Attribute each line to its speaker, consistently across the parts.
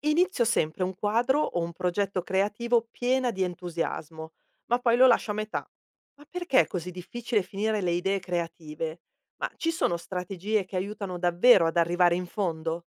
Speaker 1: Inizio sempre un quadro o un progetto creativo piena di entusiasmo, ma poi lo lascio a metà. Ma perché è così difficile finire le idee creative? Ma ci sono strategie che aiutano davvero ad arrivare in fondo?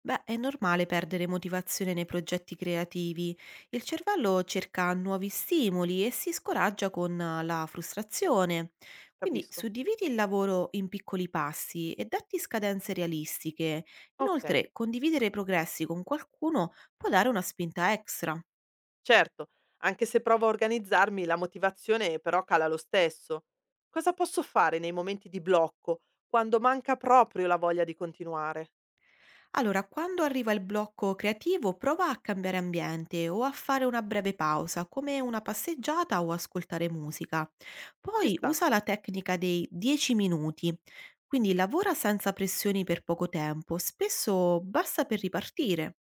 Speaker 2: Beh, è normale perdere motivazione nei progetti creativi. Il cervello cerca nuovi stimoli e si scoraggia con la frustrazione. Quindi
Speaker 1: Capisco.
Speaker 2: suddividi il lavoro in piccoli passi e datti scadenze realistiche.
Speaker 1: Ok,
Speaker 2: Inoltre, condividere i progressi con qualcuno può dare una spinta extra.
Speaker 1: certo, anche se provo a organizzarmi, la motivazione però cala lo stesso. Cosa posso fare nei momenti di blocco, quando manca proprio la voglia di continuare?
Speaker 2: Allora, quando arriva il blocco creativo, prova a cambiare ambiente o a fare una breve pausa, come una passeggiata o ascoltare musica.
Speaker 1: Ci
Speaker 2: Poi
Speaker 1: sta.
Speaker 2: usa la tecnica dei 10 minuti, quindi lavora senza pressioni per poco tempo, spesso basta per ripartire.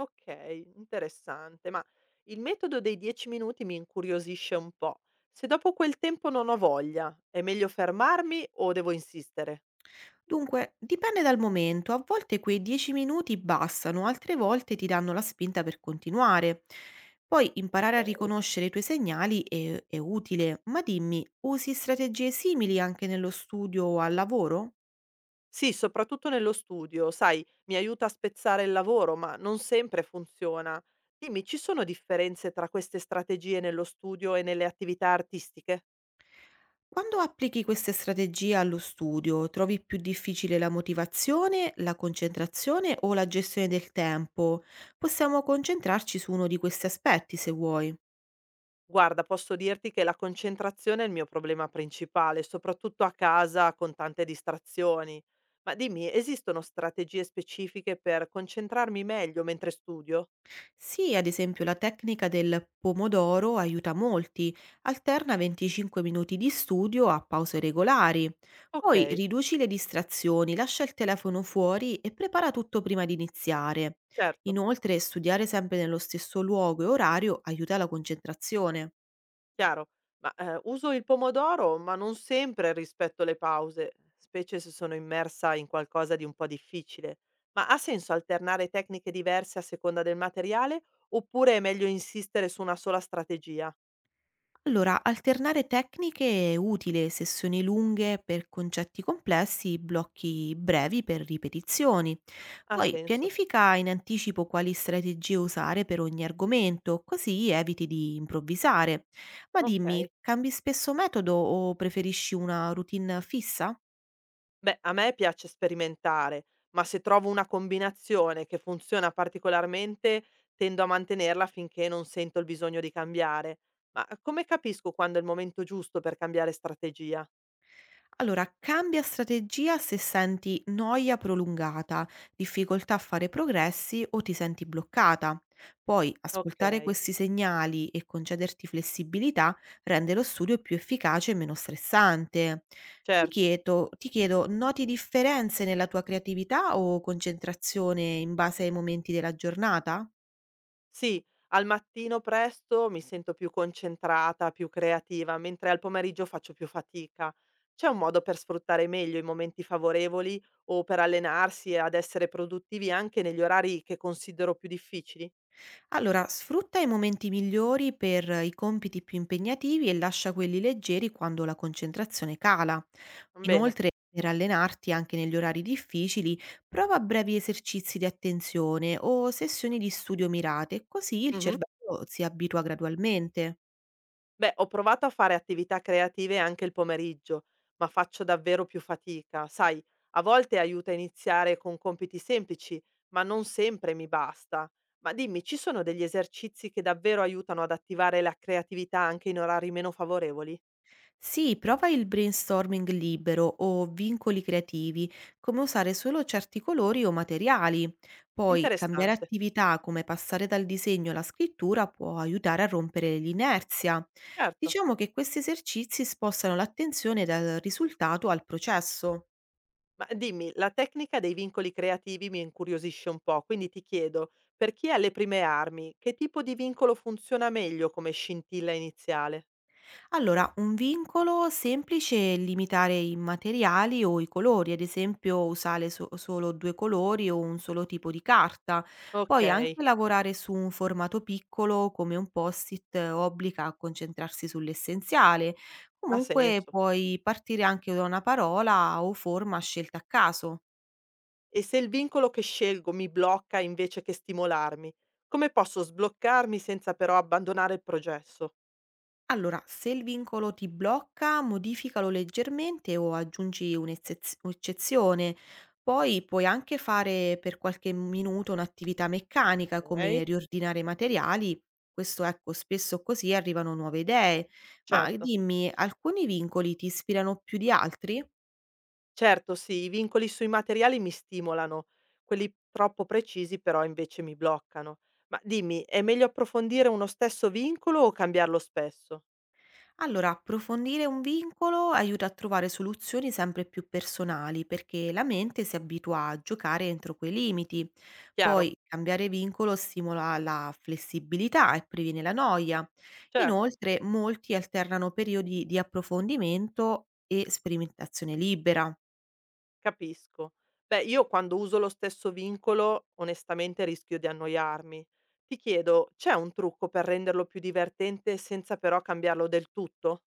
Speaker 1: Okay, interessante, ma il metodo dei 10 minuti mi incuriosisce un po'. Se dopo quel tempo non ho voglia, è meglio fermarmi o devo insistere?
Speaker 2: Dunque, dipende dal momento, a volte quei 10 minuti bastano, altre volte ti danno la spinta per continuare. Poi imparare a
Speaker 1: Okay.
Speaker 2: riconoscere i tuoi segnali è utile, ma dimmi, usi strategie simili anche nello studio o al lavoro?
Speaker 1: Sì, soprattutto nello studio, sai, mi aiuta a spezzare il lavoro, ma non sempre funziona. Dimmi, ci sono differenze tra queste strategie nello studio e nelle attività artistiche?
Speaker 2: Quando applichi queste strategie allo studio, trovi più difficile la motivazione, la concentrazione o la gestione del tempo? Possiamo concentrarci su uno di questi aspetti se vuoi.
Speaker 1: Guarda, posso dirti che la concentrazione è il mio problema principale, soprattutto a casa con tante distrazioni. Ma dimmi, esistono strategie specifiche per concentrarmi meglio mentre studio?
Speaker 2: Sì, ad esempio la tecnica del pomodoro aiuta molti, alterna 25 minuti di studio a pause regolari.
Speaker 1: Ok,
Speaker 2: Poi riduci le distrazioni, lascia il telefono fuori e prepara tutto prima di iniziare.
Speaker 1: certo,
Speaker 2: Inoltre, studiare sempre nello stesso luogo e orario aiuta la concentrazione.
Speaker 1: chiaro. Ma uso il pomodoro, ma non sempre rispetto le pause, specie se sono immersa in qualcosa di un po' difficile. Ma ha senso alternare tecniche diverse a seconda del materiale oppure è meglio insistere su una sola strategia?
Speaker 2: Allora, alternare tecniche è utile, sessioni lunghe per concetti complessi, blocchi brevi per ripetizioni.
Speaker 1: Ha
Speaker 2: Poi
Speaker 1: senso.
Speaker 2: pianifica in anticipo quali strategie usare per ogni argomento, così eviti di improvvisare. Ma dimmi,
Speaker 1: Ok.
Speaker 2: cambi spesso metodo o preferisci una routine fissa?
Speaker 1: Beh, a me piace sperimentare, ma se trovo una combinazione che funziona particolarmente, tendo a mantenerla finché non sento il bisogno di cambiare. Ma come capisco quando è il momento giusto per cambiare strategia?
Speaker 2: Allora, cambia strategia se senti noia prolungata, difficoltà a fare progressi o ti senti bloccata. Poi,
Speaker 1: Ok,
Speaker 2: ascoltare questi segnali e concederti flessibilità rende lo studio più efficace e meno stressante. Ti
Speaker 1: certo.
Speaker 2: chiedo, ti chiedo, noti differenze nella tua creatività o concentrazione in base ai momenti della giornata?
Speaker 1: Sì, al mattino presto mi sento più concentrata, più creativa, mentre al pomeriggio faccio più fatica. C'è un modo per sfruttare meglio i momenti favorevoli o per allenarsi ad essere produttivi anche negli orari che considero più difficili?
Speaker 2: Allora, sfrutta i momenti migliori per i compiti più impegnativi e lascia quelli leggeri quando la concentrazione cala.
Speaker 1: Bene.
Speaker 2: Inoltre, per allenarti anche negli orari difficili, prova brevi esercizi di attenzione o sessioni di studio mirate, così il
Speaker 1: Mh-mh.
Speaker 2: cervello si abitua gradualmente.
Speaker 1: Beh, ho provato a fare attività creative anche il pomeriggio, ma faccio davvero più fatica. Sai, a volte aiuta a iniziare con compiti semplici, ma non sempre mi basta. Ma dimmi, ci sono degli esercizi che davvero aiutano ad attivare la creatività anche in orari meno favorevoli?
Speaker 2: Sì, prova il brainstorming libero o vincoli creativi, come usare solo certi colori o materiali. Poi cambiare
Speaker 1: Interessante.
Speaker 2: attività come passare dal disegno alla scrittura può aiutare a rompere l'inerzia.
Speaker 1: Certo.
Speaker 2: Diciamo che questi esercizi spostano l'attenzione dal risultato al processo.
Speaker 1: Ma dimmi, la tecnica dei vincoli creativi mi incuriosisce un po', quindi ti chiedo, per chi ha le prime armi, che tipo di vincolo funziona meglio come scintilla iniziale?
Speaker 2: Allora, un vincolo semplice è limitare i materiali o i colori, ad esempio usare solo due colori o un solo tipo di carta. Poi anche
Speaker 1: Okay.
Speaker 2: lavorare su un formato piccolo come un post-it obbliga a concentrarsi sull'essenziale.
Speaker 1: Ha
Speaker 2: Comunque
Speaker 1: senso.
Speaker 2: puoi partire anche da una parola o forma scelta a caso.
Speaker 1: E se il vincolo che scelgo mi blocca invece che stimolarmi, come posso sbloccarmi senza però abbandonare il processo?
Speaker 2: Allora, se il vincolo ti blocca, modificalo leggermente o aggiungi un'eccezione. Poi puoi anche fare per qualche minuto un'attività meccanica come
Speaker 1: Okay,
Speaker 2: riordinare i materiali. Questo ecco, spesso così arrivano nuove idee. Ma
Speaker 1: certo.
Speaker 2: dimmi, alcuni vincoli ti ispirano più di altri?
Speaker 1: Certo, sì, i vincoli sui materiali mi stimolano, quelli troppo precisi però invece mi bloccano. Ma dimmi, è meglio approfondire uno stesso vincolo o cambiarlo spesso?
Speaker 2: Allora, approfondire un vincolo aiuta a trovare soluzioni sempre più personali, perché la mente si abitua a giocare entro quei limiti.
Speaker 1: Chiaro,
Speaker 2: Poi cambiare vincolo stimola la flessibilità e previene la noia.
Speaker 1: certo.
Speaker 2: Inoltre, molti alternano periodi di approfondimento e sperimentazione libera.
Speaker 1: Capisco. Beh, io quando uso lo stesso vincolo, onestamente rischio di annoiarmi. Ti chiedo, c'è un trucco per renderlo più divertente senza però cambiarlo del tutto?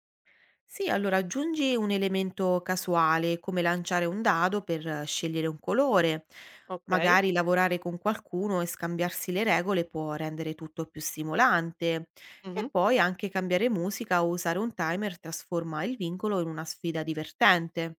Speaker 2: Sì, allora aggiungi un elemento casuale, come lanciare un dado per scegliere un colore.
Speaker 1: Ok?
Speaker 2: Magari lavorare con qualcuno e scambiarsi le regole può rendere tutto più stimolante. E
Speaker 1: Mhm.
Speaker 2: poi anche cambiare musica o usare un timer trasforma il vincolo in una sfida divertente.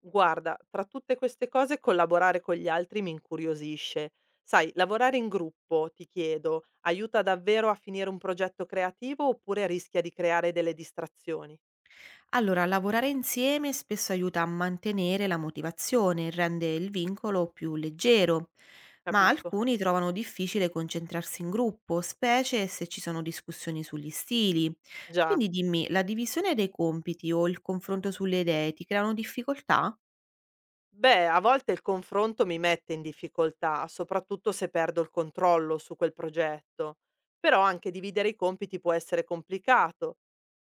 Speaker 1: Guarda, tra tutte queste cose collaborare con gli altri mi incuriosisce. Sai, lavorare in gruppo, ti chiedo, aiuta davvero a finire un progetto creativo oppure rischia di creare delle distrazioni?
Speaker 2: Allora, lavorare insieme spesso aiuta a mantenere la motivazione e rende il vincolo più leggero, ma
Speaker 1: Capisco.
Speaker 2: alcuni trovano difficile concentrarsi in gruppo, specie se ci sono discussioni sugli stili.
Speaker 1: Già.
Speaker 2: Quindi dimmi, la divisione dei compiti o il confronto sulle idee ti creano difficoltà?
Speaker 1: Beh, a volte il confronto mi mette in difficoltà, soprattutto se perdo il controllo su quel progetto. Però anche dividere i compiti può essere complicato,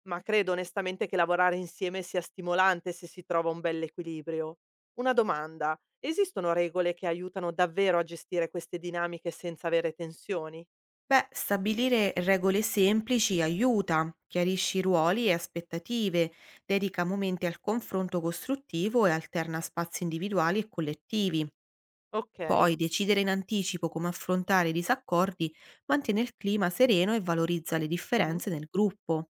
Speaker 1: ma credo onestamente che lavorare insieme sia stimolante se si trova un bel equilibrio. Una domanda, esistono regole che aiutano davvero a gestire queste dinamiche senza avere tensioni?
Speaker 2: Beh, stabilire regole semplici aiuta, chiarisci ruoli e aspettative, dedica momenti al confronto costruttivo e alterna spazi individuali e collettivi.
Speaker 1: Ok.
Speaker 2: Poi decidere in anticipo come affrontare i disaccordi mantiene il clima sereno e valorizza le
Speaker 1: Mhm.
Speaker 2: differenze nel gruppo.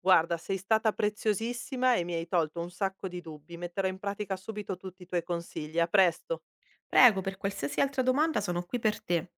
Speaker 1: Guarda, sei stata preziosissima e mi hai tolto un sacco di dubbi. Metterò in pratica subito tutti i tuoi consigli. A presto.
Speaker 2: Prego, per qualsiasi altra domanda sono qui per te.